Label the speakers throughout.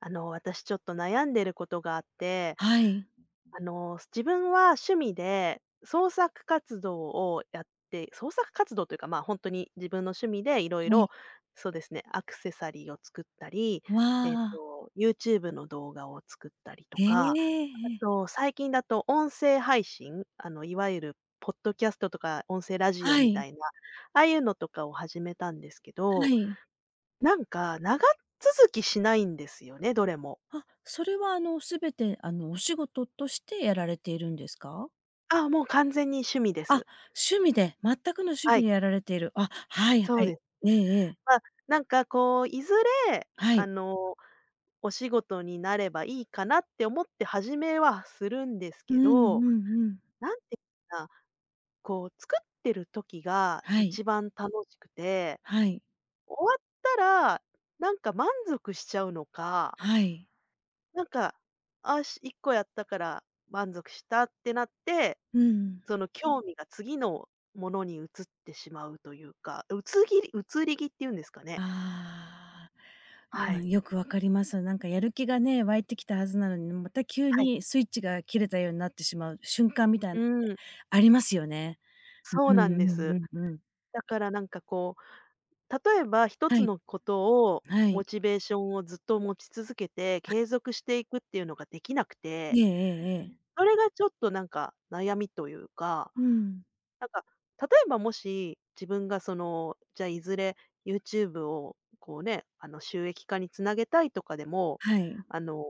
Speaker 1: 私ちょっと悩んでることがあって、
Speaker 2: はい、
Speaker 1: 自分は趣味で創作活動をやって、創作活動というか、まあ、本当に自分の趣味でいろい
Speaker 2: は
Speaker 1: ろ、
Speaker 2: い。
Speaker 1: そうですね、アクセサリーを作ったり、
Speaker 2: わあ、
Speaker 1: YouTube の動画を作ったりと
Speaker 2: え
Speaker 1: か、
Speaker 2: え
Speaker 1: あ
Speaker 2: ええ。
Speaker 1: と、最近だと音声配信、いわゆるポッドキャストとか音声ラジオ
Speaker 2: は
Speaker 1: みた
Speaker 2: い、
Speaker 1: いな、ああいうのとかを始めたんですけ
Speaker 2: は
Speaker 1: ど、
Speaker 2: い。
Speaker 1: なんか長続きしないんですよね、どれも。
Speaker 2: あ、それはすべてお仕事としてやられているんですか？
Speaker 1: あもう完全に趣味で
Speaker 2: あ、
Speaker 1: す。
Speaker 2: 趣味で、全くの趣
Speaker 1: は
Speaker 2: 味
Speaker 1: い、
Speaker 2: でやられている。あ、はい
Speaker 1: そ
Speaker 2: は
Speaker 1: う
Speaker 2: い。
Speaker 1: です。
Speaker 2: ええええ。
Speaker 1: まあ、なんかこう、いずれ、
Speaker 2: はい。
Speaker 1: お仕事になればいいかなって思って始めはするんです
Speaker 2: うん
Speaker 1: け
Speaker 2: う
Speaker 1: ど、
Speaker 2: んうん。
Speaker 1: なんていうかな、こう作ってる時が
Speaker 2: はい、
Speaker 1: 一番楽しくて、
Speaker 2: はい、
Speaker 1: 終わったら、なんか満足しちゃうのか、
Speaker 2: はい。
Speaker 1: なんか、1個やったから満足したってなって、
Speaker 2: うん。
Speaker 1: その興味が次のものに移ってしまうというか、移り気っていうんですかね。
Speaker 2: ああ、
Speaker 1: は
Speaker 2: ま、
Speaker 1: い。
Speaker 2: よくわかります。なんかやる気がね、湧いてきたはずなのに、また急
Speaker 1: はい。
Speaker 2: にスイッチが切れたようになってしまう瞬間みたい
Speaker 1: う
Speaker 2: な、
Speaker 1: ん、
Speaker 2: ありますよね。
Speaker 1: そう
Speaker 2: うん
Speaker 1: なん
Speaker 2: う
Speaker 1: で
Speaker 2: ん
Speaker 1: す。
Speaker 2: うんうん。
Speaker 1: だからなんかこう、例えば一
Speaker 2: は
Speaker 1: つ
Speaker 2: い、
Speaker 1: のことを
Speaker 2: は
Speaker 1: モ
Speaker 2: い。
Speaker 1: チベーションをずっと持ち続けて、継続していくっていうのができなく
Speaker 2: え
Speaker 1: て、
Speaker 2: えええええ。
Speaker 1: それがちょっとなんか悩みというか
Speaker 2: うん。
Speaker 1: なんか、例えばもし、自分がその、じゃあいずれ YouTube をこうね、収益化につなげたいとかでも、
Speaker 2: はい。
Speaker 1: あの、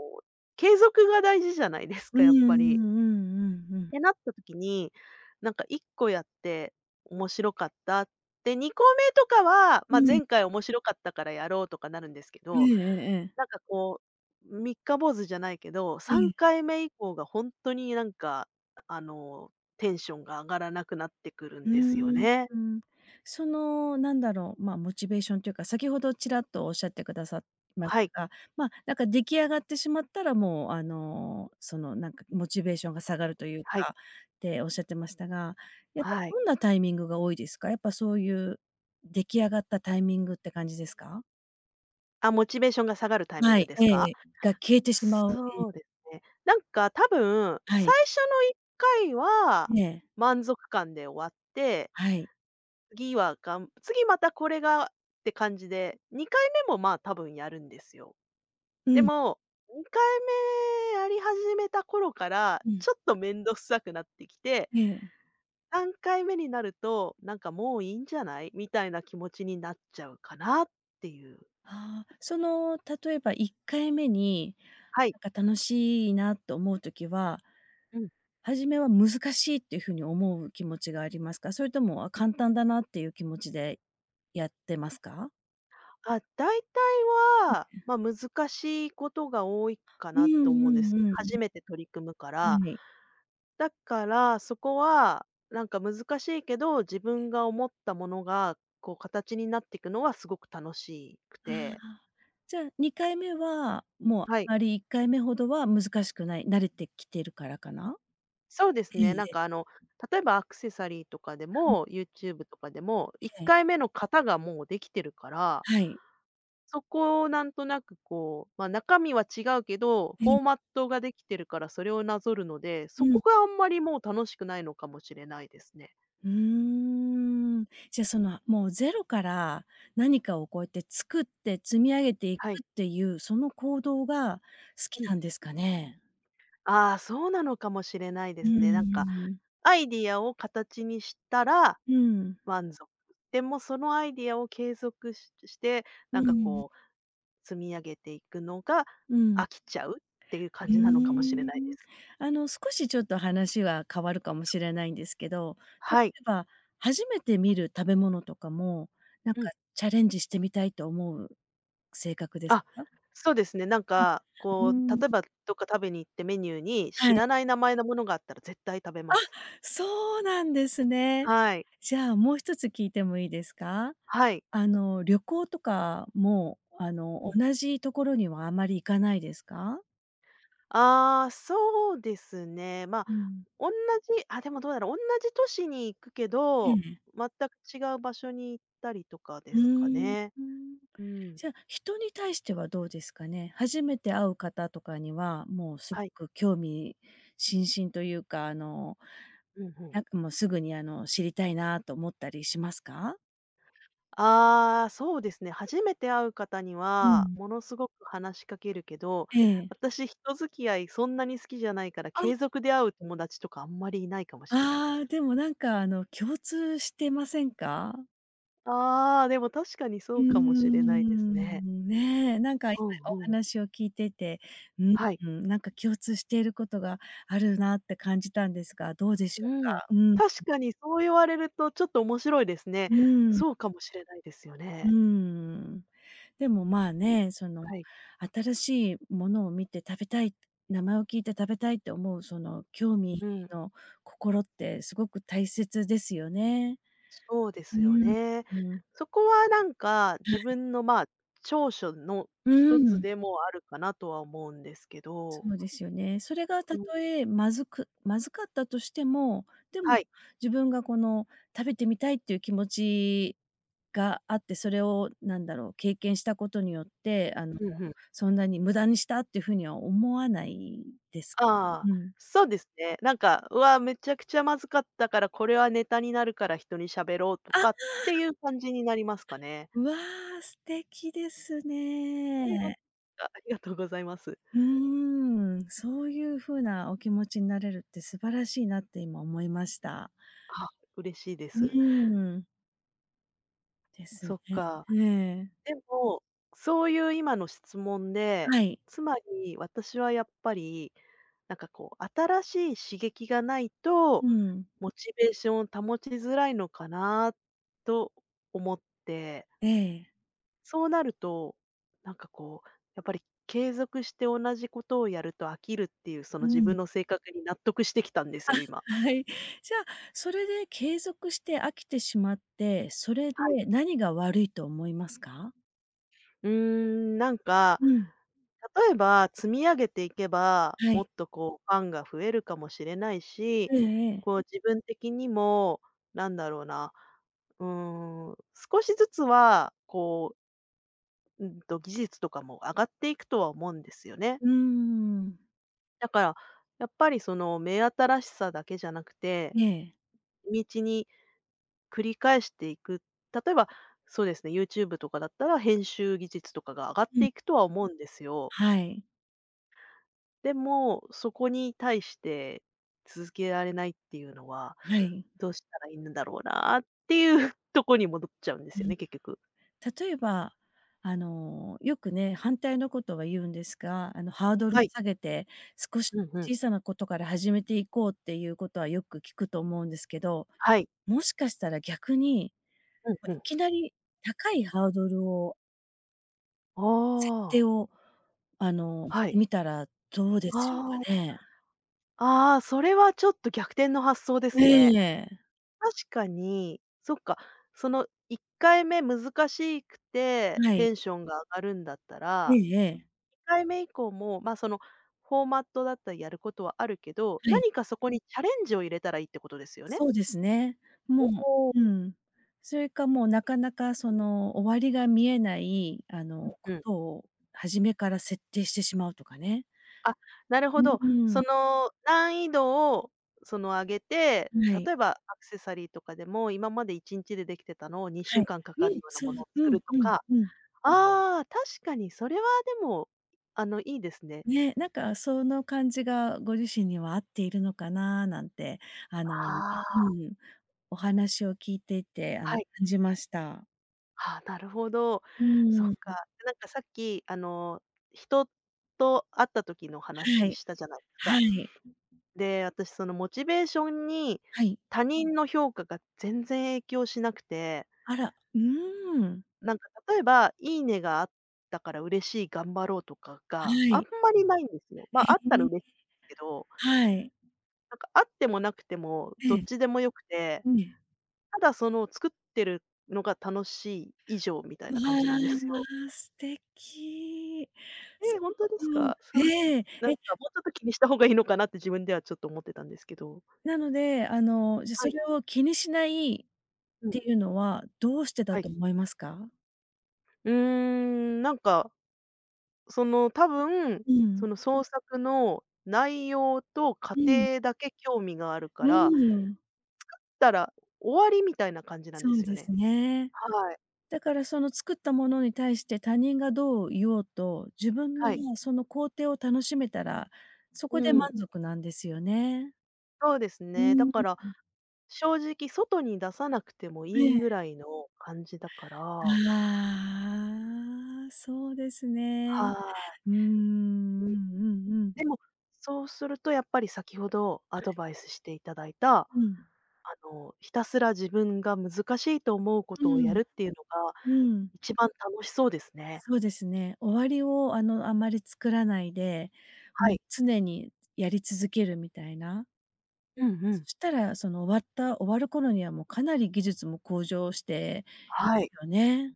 Speaker 1: 継続が大事じゃないです
Speaker 2: う
Speaker 1: か、
Speaker 2: んう
Speaker 1: やっ
Speaker 2: んうんう
Speaker 1: ぱり。
Speaker 2: んう
Speaker 1: っ
Speaker 2: ん。
Speaker 1: てなった時に、なんか1個やって面白かった。で、2個目とかは、
Speaker 2: う
Speaker 1: まあ、
Speaker 2: ん。
Speaker 1: 前回面白かったからやろうとかなるんですけ
Speaker 2: ええ
Speaker 1: ど、
Speaker 2: ええええ。
Speaker 1: なんかこう、三日坊主じゃないけど、
Speaker 2: え
Speaker 1: 3
Speaker 2: え。
Speaker 1: 回目以降がほんとになんか、あの、テンションが上がらなくなってくる
Speaker 2: う
Speaker 1: んですよ
Speaker 2: ーん。
Speaker 1: ね。
Speaker 2: うん。その、なんだろう、まあ、モチベーションというか、先ほどちらっとおっしゃってくださいまし
Speaker 1: はい、
Speaker 2: たが、まあ、なんか出来上がってしまったら、もう、その、なんかモチベーションが下がるという
Speaker 1: はい、
Speaker 2: かっておっしゃってましたが、やっぱ
Speaker 1: はい。
Speaker 2: どんなタイミングが多いですか？やっぱそういう出来上がったタイミングって感じですか？
Speaker 1: あ、モチベーションが下がるタイミン
Speaker 2: は
Speaker 1: グ
Speaker 2: い、
Speaker 1: です
Speaker 2: え
Speaker 1: か？
Speaker 2: えが消えてし
Speaker 1: そ
Speaker 2: まう。
Speaker 1: うですね。なんか多分、
Speaker 2: は
Speaker 1: 最
Speaker 2: い。
Speaker 1: 初の1回は
Speaker 2: ええ。
Speaker 1: 満足感で終わって、
Speaker 2: はい。
Speaker 1: 次はがん次またこれがって感じで、2回目もまあ、多分やるんですよ。で
Speaker 2: うん、
Speaker 1: も、2回目やり始めた頃から、
Speaker 2: うん。
Speaker 1: ちょっと面倒くさくなってきて、
Speaker 2: ええ。
Speaker 1: 3回目になると、なんかもういいんじゃない、みたいな気持ちになっちゃうかなっていう。
Speaker 2: ああ、その、例えば1回目に、
Speaker 1: はい。
Speaker 2: なんか楽しいなと思う時は、
Speaker 1: うん。
Speaker 2: 初めは難しいっていう風に思う気持ちがありますか？それとも、あ、簡単だなっていう気持ちでやってますか？
Speaker 1: あ、大体は、まあ、難しいことが多いか
Speaker 2: うん
Speaker 1: なと思
Speaker 2: う
Speaker 1: うんです。
Speaker 2: んうん。
Speaker 1: 初めて取り組むか
Speaker 2: は
Speaker 1: ら。
Speaker 2: い。
Speaker 1: だから、そこは、なんか難しいけど、自分が思ったものが、こう形になっていくのはすごく楽しく
Speaker 2: あ
Speaker 1: て。
Speaker 2: あ、じゃあ2回目は、もうあ
Speaker 1: はい。
Speaker 2: まり1回目ほどは難しくない、慣れてきてるからかな？
Speaker 1: そうです
Speaker 2: ええ
Speaker 1: ね。なん
Speaker 2: え
Speaker 1: か
Speaker 2: え、
Speaker 1: 例えばアクセサリーとかで
Speaker 2: はい。
Speaker 1: も、YouTube とかでも、1
Speaker 2: ええ。
Speaker 1: 回目の型がもうできてるから、
Speaker 2: はい。
Speaker 1: そこをなんとなくこう、ま、中身は違うけど、
Speaker 2: え
Speaker 1: フォーマ
Speaker 2: え。
Speaker 1: ットができてるからそれをなぞるので、
Speaker 2: う
Speaker 1: そこ
Speaker 2: ん。
Speaker 1: があんまりもう楽しくないのかもしれないですね。
Speaker 2: うーん。じゃ、その、もうゼロから何かをこうやって作って積み上げていく
Speaker 1: はい。
Speaker 2: っていう、その行動が好
Speaker 1: う
Speaker 2: き
Speaker 1: ん。
Speaker 2: なんですかね？
Speaker 1: ああ、そうなのかもしれないで
Speaker 2: う
Speaker 1: すね。なんか、
Speaker 2: ーん。
Speaker 1: アイディアを形にしたら
Speaker 2: うん。
Speaker 1: 満足。でもそのアイディアを継続して、
Speaker 2: う
Speaker 1: なんか
Speaker 2: ん。
Speaker 1: こう積み上げていくのが
Speaker 2: うん。
Speaker 1: 飽きちゃうっていう
Speaker 2: うー
Speaker 1: 感じなのかもしれないで
Speaker 2: ん。
Speaker 1: す。
Speaker 2: 少しちょっと話は変わるかもしれないんですけど、例
Speaker 1: はい。
Speaker 2: えば初めて見る食べ物とかも、なん
Speaker 1: うん。
Speaker 2: かチャレンジしてみたいと思う性格です
Speaker 1: あ、
Speaker 2: か？
Speaker 1: そうですね。なんか、
Speaker 2: うー
Speaker 1: こう、例え
Speaker 2: ん。
Speaker 1: ばどっか食べに行ってメニューに知
Speaker 2: はい。
Speaker 1: らない名前のものがあったら絶対食べます。
Speaker 2: そうなんですね。
Speaker 1: はい。
Speaker 2: じゃあ、もう一つ聞いてもいいですか？
Speaker 1: はい。
Speaker 2: 旅行とかも、
Speaker 1: うん。
Speaker 2: 同じところにはあまり行かないですか？
Speaker 1: ああ、そうですね。ま、あ
Speaker 2: うん。
Speaker 1: 同じあ、でもどうだろう、同じ都市に行くけ
Speaker 2: え
Speaker 1: ど、
Speaker 2: え。
Speaker 1: 全く違う場所に行ったりとかで
Speaker 2: う
Speaker 1: すか
Speaker 2: ー
Speaker 1: ね。
Speaker 2: ん。
Speaker 1: うん。
Speaker 2: じゃ、あ人に対してはどうですかね？初めて会う方とかには、もうす
Speaker 1: はい。
Speaker 2: ごく興味津々というか、
Speaker 1: うん、うん。
Speaker 2: なんかもうすぐに、知りたいなと思ったりしますか？
Speaker 1: ああ、そうですね。初めて会う方に
Speaker 2: う
Speaker 1: は、
Speaker 2: ん。
Speaker 1: ものすごく話しかけるけど、
Speaker 2: ええ。
Speaker 1: 私、人付き合いそんなに好きじゃないから、
Speaker 2: あ、
Speaker 1: 継続で会う友達とかあんまりいないかもしれないで
Speaker 2: ああ、
Speaker 1: す。
Speaker 2: でもなんかあの、共通してませんか？
Speaker 1: ああ、でも確かにそ
Speaker 2: うー
Speaker 1: うかもしれないですね。
Speaker 2: ん。ねえ、なんか今
Speaker 1: うん
Speaker 2: お
Speaker 1: うん。
Speaker 2: 話を聞いてて、うん、
Speaker 1: はい。
Speaker 2: うん、なんか共通していることがあるなって感じたんですが、どうでしょうか？
Speaker 1: うん。
Speaker 2: うん、
Speaker 1: 確かにそう言われるとちょっと面白いですね。
Speaker 2: うん、
Speaker 1: そうかもしれないですよ
Speaker 2: う
Speaker 1: ね。
Speaker 2: ん。でもまあね、その
Speaker 1: はい。
Speaker 2: 新しいものを見て食べたい、名前を聞いて食べたいって思うその興味
Speaker 1: うん。
Speaker 2: の心ってすごく大切ですよね。
Speaker 1: そうで
Speaker 2: う
Speaker 1: すよ
Speaker 2: ん、
Speaker 1: ね。
Speaker 2: うん、
Speaker 1: そこはなんか、自分の、まあ、長所の
Speaker 2: う
Speaker 1: 一つ
Speaker 2: ん。
Speaker 1: でもあるかなとは思うんですけ
Speaker 2: そ
Speaker 1: ど。
Speaker 2: うですよね。それがた
Speaker 1: うん、
Speaker 2: とえまずくまずかったとしても、でも
Speaker 1: はい。
Speaker 2: 自分がこの食べてみたいっていう気持ちがあって、それをなんだろう、経験したことによって、
Speaker 1: うん、うん。
Speaker 2: そんなに無駄にしたっていうふうには思わないです。
Speaker 1: ああ、
Speaker 2: うん。
Speaker 1: そうですね。なんか、うわ、めちゃくちゃまずかったから、これはネタになるから人に喋ろうと
Speaker 2: あ、
Speaker 1: かっていう感じになりますかね。
Speaker 2: うわあ、素敵です
Speaker 1: ほん
Speaker 2: ね。
Speaker 1: あ、ありがとうございます。
Speaker 2: うーん、そういうふうなお気持ちになれるって素晴らしいなって今思いました。
Speaker 1: あ、嬉しいで
Speaker 2: う
Speaker 1: す。
Speaker 2: ーん、です
Speaker 1: そ
Speaker 2: ね。
Speaker 1: っか。
Speaker 2: ええ。
Speaker 1: でも、そういう今の質問で、
Speaker 2: はい。
Speaker 1: つまり私はやっぱりなんかこう、新しい刺激がないと、
Speaker 2: うん。
Speaker 1: モチベーションを保ちづらいのかなと思って、
Speaker 2: ええ。
Speaker 1: そうなると、なんかこう、やっぱり継続して同じことをやると飽きるっていう、その
Speaker 2: う
Speaker 1: 自
Speaker 2: ん。
Speaker 1: 分の性格に納得してきたんですよ、今。
Speaker 2: はい。じゃあ、それで継続して飽きてしまって、それ
Speaker 1: はい。
Speaker 2: で何が悪いと思いますか？
Speaker 1: うーん、なんか
Speaker 2: うん。
Speaker 1: 例えば、積み上げていけば、
Speaker 2: は
Speaker 1: も
Speaker 2: い。
Speaker 1: っとこうファンが増えるかもしれないし、
Speaker 2: ええええ。
Speaker 1: こう自分的にも、なんだろうな、うーん、少しずつは、こう、技術とかも上がっていくとは思うんですよね。
Speaker 2: うーん。
Speaker 1: だから、やっぱりその目新しさだけじゃなくて、
Speaker 2: ええ。
Speaker 1: 地道に繰り返していく。例えば、そうですね、YouTube とかだったら編集技術とかが上がっ
Speaker 2: う
Speaker 1: て
Speaker 2: ん。
Speaker 1: いくとは思うんですよ。
Speaker 2: はい。
Speaker 1: でも、そこに対して続けられないっていうのは、
Speaker 2: はい。
Speaker 1: どうしたらいいんだろうなっていう とこに戻っちゃうんで
Speaker 2: う
Speaker 1: すよ
Speaker 2: ん。
Speaker 1: ね、結局。
Speaker 2: 例えば、よくね、反対のことは言うんですが、ハードル
Speaker 1: はい。
Speaker 2: 下げて、少し
Speaker 1: うんうん。
Speaker 2: 小さなことから始めていこうっていうことはよく聞くと思うんですけど、
Speaker 1: はい。
Speaker 2: もしかしたら逆に、
Speaker 1: うん
Speaker 2: ま、
Speaker 1: う
Speaker 2: い
Speaker 1: ん。
Speaker 2: きなり高いハードルを
Speaker 1: あ
Speaker 2: 設
Speaker 1: あ、
Speaker 2: 定を、し
Speaker 1: は
Speaker 2: て
Speaker 1: い。
Speaker 2: みたらどうでしょう
Speaker 1: あ
Speaker 2: かね？
Speaker 1: あ、ああ、それはちょっと逆転の発想です
Speaker 2: え
Speaker 1: ね。
Speaker 2: え。
Speaker 1: 確かに、そっか、その1回目難しくて
Speaker 2: はい。
Speaker 1: テンションが上がるんだった
Speaker 2: え
Speaker 1: ら
Speaker 2: えええ。
Speaker 1: 2回目以降も、まあ、その、フォーマットだったりやることはあるけど、
Speaker 2: はい。
Speaker 1: 何かそこにチャレンジを入れたらいいってことですよね？
Speaker 2: そうですね。も
Speaker 1: おお。
Speaker 2: う、うん。それかもうなかなかその終わりが見えない、
Speaker 1: うん
Speaker 2: こ
Speaker 1: うん。
Speaker 2: とを初めから設定してしまうとかね。
Speaker 1: あ、なるほ
Speaker 2: う
Speaker 1: ど。
Speaker 2: ー
Speaker 1: そ
Speaker 2: ん。
Speaker 1: の、難易度を、その、上げて、
Speaker 2: は
Speaker 1: 例
Speaker 2: い。
Speaker 1: えばアクセサリーとかでも、今まで1日でできてたのを2
Speaker 2: は
Speaker 1: 週
Speaker 2: い。
Speaker 1: 間かか
Speaker 2: う
Speaker 1: る
Speaker 2: ん、
Speaker 1: ような
Speaker 2: そう、
Speaker 1: ものを作
Speaker 2: うん
Speaker 1: ると
Speaker 2: うん
Speaker 1: か。
Speaker 2: うん。
Speaker 1: ああ、確かにそれはでも、いいですね。
Speaker 2: ね、なんかその感じがご自身には合っているのかななんて、あの
Speaker 1: あ
Speaker 2: う
Speaker 1: あ。
Speaker 2: ん、お話を聞いていて、
Speaker 1: はい。
Speaker 2: 感じました。
Speaker 1: ああ、なるほど。
Speaker 2: う
Speaker 1: そっ
Speaker 2: ーん、
Speaker 1: か。なんかさっき、人と会った時の
Speaker 2: は
Speaker 1: 話
Speaker 2: い、
Speaker 1: したじゃないです
Speaker 2: は
Speaker 1: か。
Speaker 2: い、
Speaker 1: で、私そのモチベーションに
Speaker 2: はい。
Speaker 1: 他人の評価が全然影響しなくて、
Speaker 2: あら、うーん、
Speaker 1: なんか例えば、いいねがあったから嬉しい、頑張ろうとか
Speaker 2: は
Speaker 1: があん
Speaker 2: い。
Speaker 1: まりないんですよ。まあ、
Speaker 2: え
Speaker 1: あったら嬉し
Speaker 2: え、
Speaker 1: いけど、
Speaker 2: はい。
Speaker 1: なんかあってもなくてもど
Speaker 2: え
Speaker 1: っ
Speaker 2: え、
Speaker 1: ちでもよくて、
Speaker 2: ええ。
Speaker 1: ただその作ってるのが楽しい以上みたい
Speaker 2: わ
Speaker 1: な感じなんですよ。
Speaker 2: あ、素敵。そ
Speaker 1: え、ほんです
Speaker 2: う、うん、
Speaker 1: か？そう
Speaker 2: ええ、
Speaker 1: なん
Speaker 2: え、
Speaker 1: かもうちょっと気にした方がいいのかなって自分ではちょっと思ってたんですけど。
Speaker 2: なので、じゃ、
Speaker 1: は
Speaker 2: そ
Speaker 1: い。
Speaker 2: れを気にしないっ
Speaker 1: うん、
Speaker 2: ていうのはどうしてだ
Speaker 1: はい。
Speaker 2: と思いますか？
Speaker 1: うーん、なんか、その多分、
Speaker 2: う
Speaker 1: そ
Speaker 2: ん、
Speaker 1: の創作の内容と過
Speaker 2: うん。
Speaker 1: 程だけ興味があるか
Speaker 2: う
Speaker 1: ら、
Speaker 2: ーん、
Speaker 1: たら終わりみたいな感じなん
Speaker 2: そ
Speaker 1: です
Speaker 2: う
Speaker 1: よ
Speaker 2: で
Speaker 1: ね。
Speaker 2: すね。
Speaker 1: はい。
Speaker 2: だからその作ったものに対して他人がどう言おうと、自分の
Speaker 1: はい。
Speaker 2: がその工程を楽しめたら、そこ
Speaker 1: う
Speaker 2: で満
Speaker 1: ん。
Speaker 2: 足なんですよね。
Speaker 1: そうです
Speaker 2: う
Speaker 1: ね。だ
Speaker 2: ー
Speaker 1: か
Speaker 2: ん、
Speaker 1: ら正直外に出さなくても
Speaker 2: え
Speaker 1: いい
Speaker 2: え。
Speaker 1: ぐらいの感じだから、
Speaker 2: ああ、そうです
Speaker 1: は
Speaker 2: ね。
Speaker 1: い。
Speaker 2: うーん、うんうん
Speaker 1: でも、そうするとやっぱり先ほどアドバイスしていただいた、
Speaker 2: うん。うん。
Speaker 1: ひたすら自分が難しいと思うこ
Speaker 2: う
Speaker 1: とをや
Speaker 2: ん。
Speaker 1: るっていうのが
Speaker 2: うん。
Speaker 1: 一番楽しそうですね。
Speaker 2: そうですね。終わりをあまり作らないで、
Speaker 1: は
Speaker 2: もう
Speaker 1: い。
Speaker 2: 常にやり続けるみたいな。
Speaker 1: うんう
Speaker 2: そ
Speaker 1: ん。
Speaker 2: したら、その、終わった終わる頃にはもうかなり技術も向上してま
Speaker 1: は
Speaker 2: す
Speaker 1: い、
Speaker 2: よね。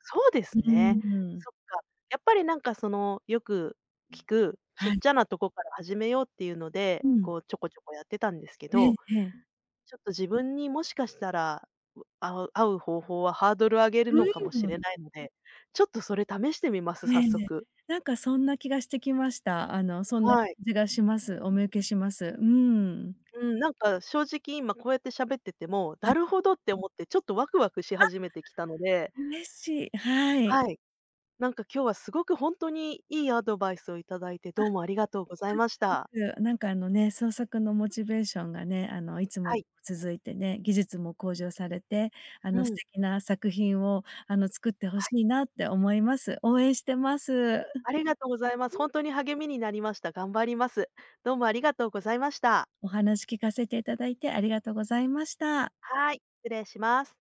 Speaker 1: そうで
Speaker 2: う
Speaker 1: す
Speaker 2: ー
Speaker 1: ね。そっ
Speaker 2: ん。
Speaker 1: か。やっぱりなんかその、よく聞く、ちっ
Speaker 2: はい。
Speaker 1: ちゃなとこから始めようっていうので、
Speaker 2: うん。
Speaker 1: こうちょこちょこやってたんですけ
Speaker 2: ええ
Speaker 1: ど、
Speaker 2: ええ。
Speaker 1: ちょっと自分にもしかしたら、うあう合う方法はハードル上げる
Speaker 2: う
Speaker 1: のかもし
Speaker 2: ーん。
Speaker 1: れないので、ちょっとそれ試してみます、
Speaker 2: え
Speaker 1: 早
Speaker 2: え。
Speaker 1: 速。
Speaker 2: なんかそんな気がしてきました。そんな感
Speaker 1: はい。
Speaker 2: じがします。お見受けします。うーん。
Speaker 1: うん、なんか正直今こうやって喋ってても、
Speaker 2: は
Speaker 1: な
Speaker 2: い。
Speaker 1: るほどって思ってちょっとワクワクし始めてきたので、
Speaker 2: 嬉しい。はい。
Speaker 1: はい。なんか今日はすごくほんとにいいアドバイスをいただいて、どうもありがとうございました。
Speaker 2: です。なんかあのね、創作のモチベーションがね、あのいつま
Speaker 1: は
Speaker 2: でも
Speaker 1: い。
Speaker 2: 続いてね、技術も向上されて、あ
Speaker 1: う
Speaker 2: の素
Speaker 1: ん。
Speaker 2: 敵な作品をあの作って欲
Speaker 1: は
Speaker 2: し
Speaker 1: い。
Speaker 2: いなって思います。応援してます。
Speaker 1: ありがとうございます。ほんとに励みになりました。頑張ります。どうもありがとうございました。
Speaker 2: お話聞かせていただいてありがとうございました。
Speaker 1: はい、失礼します。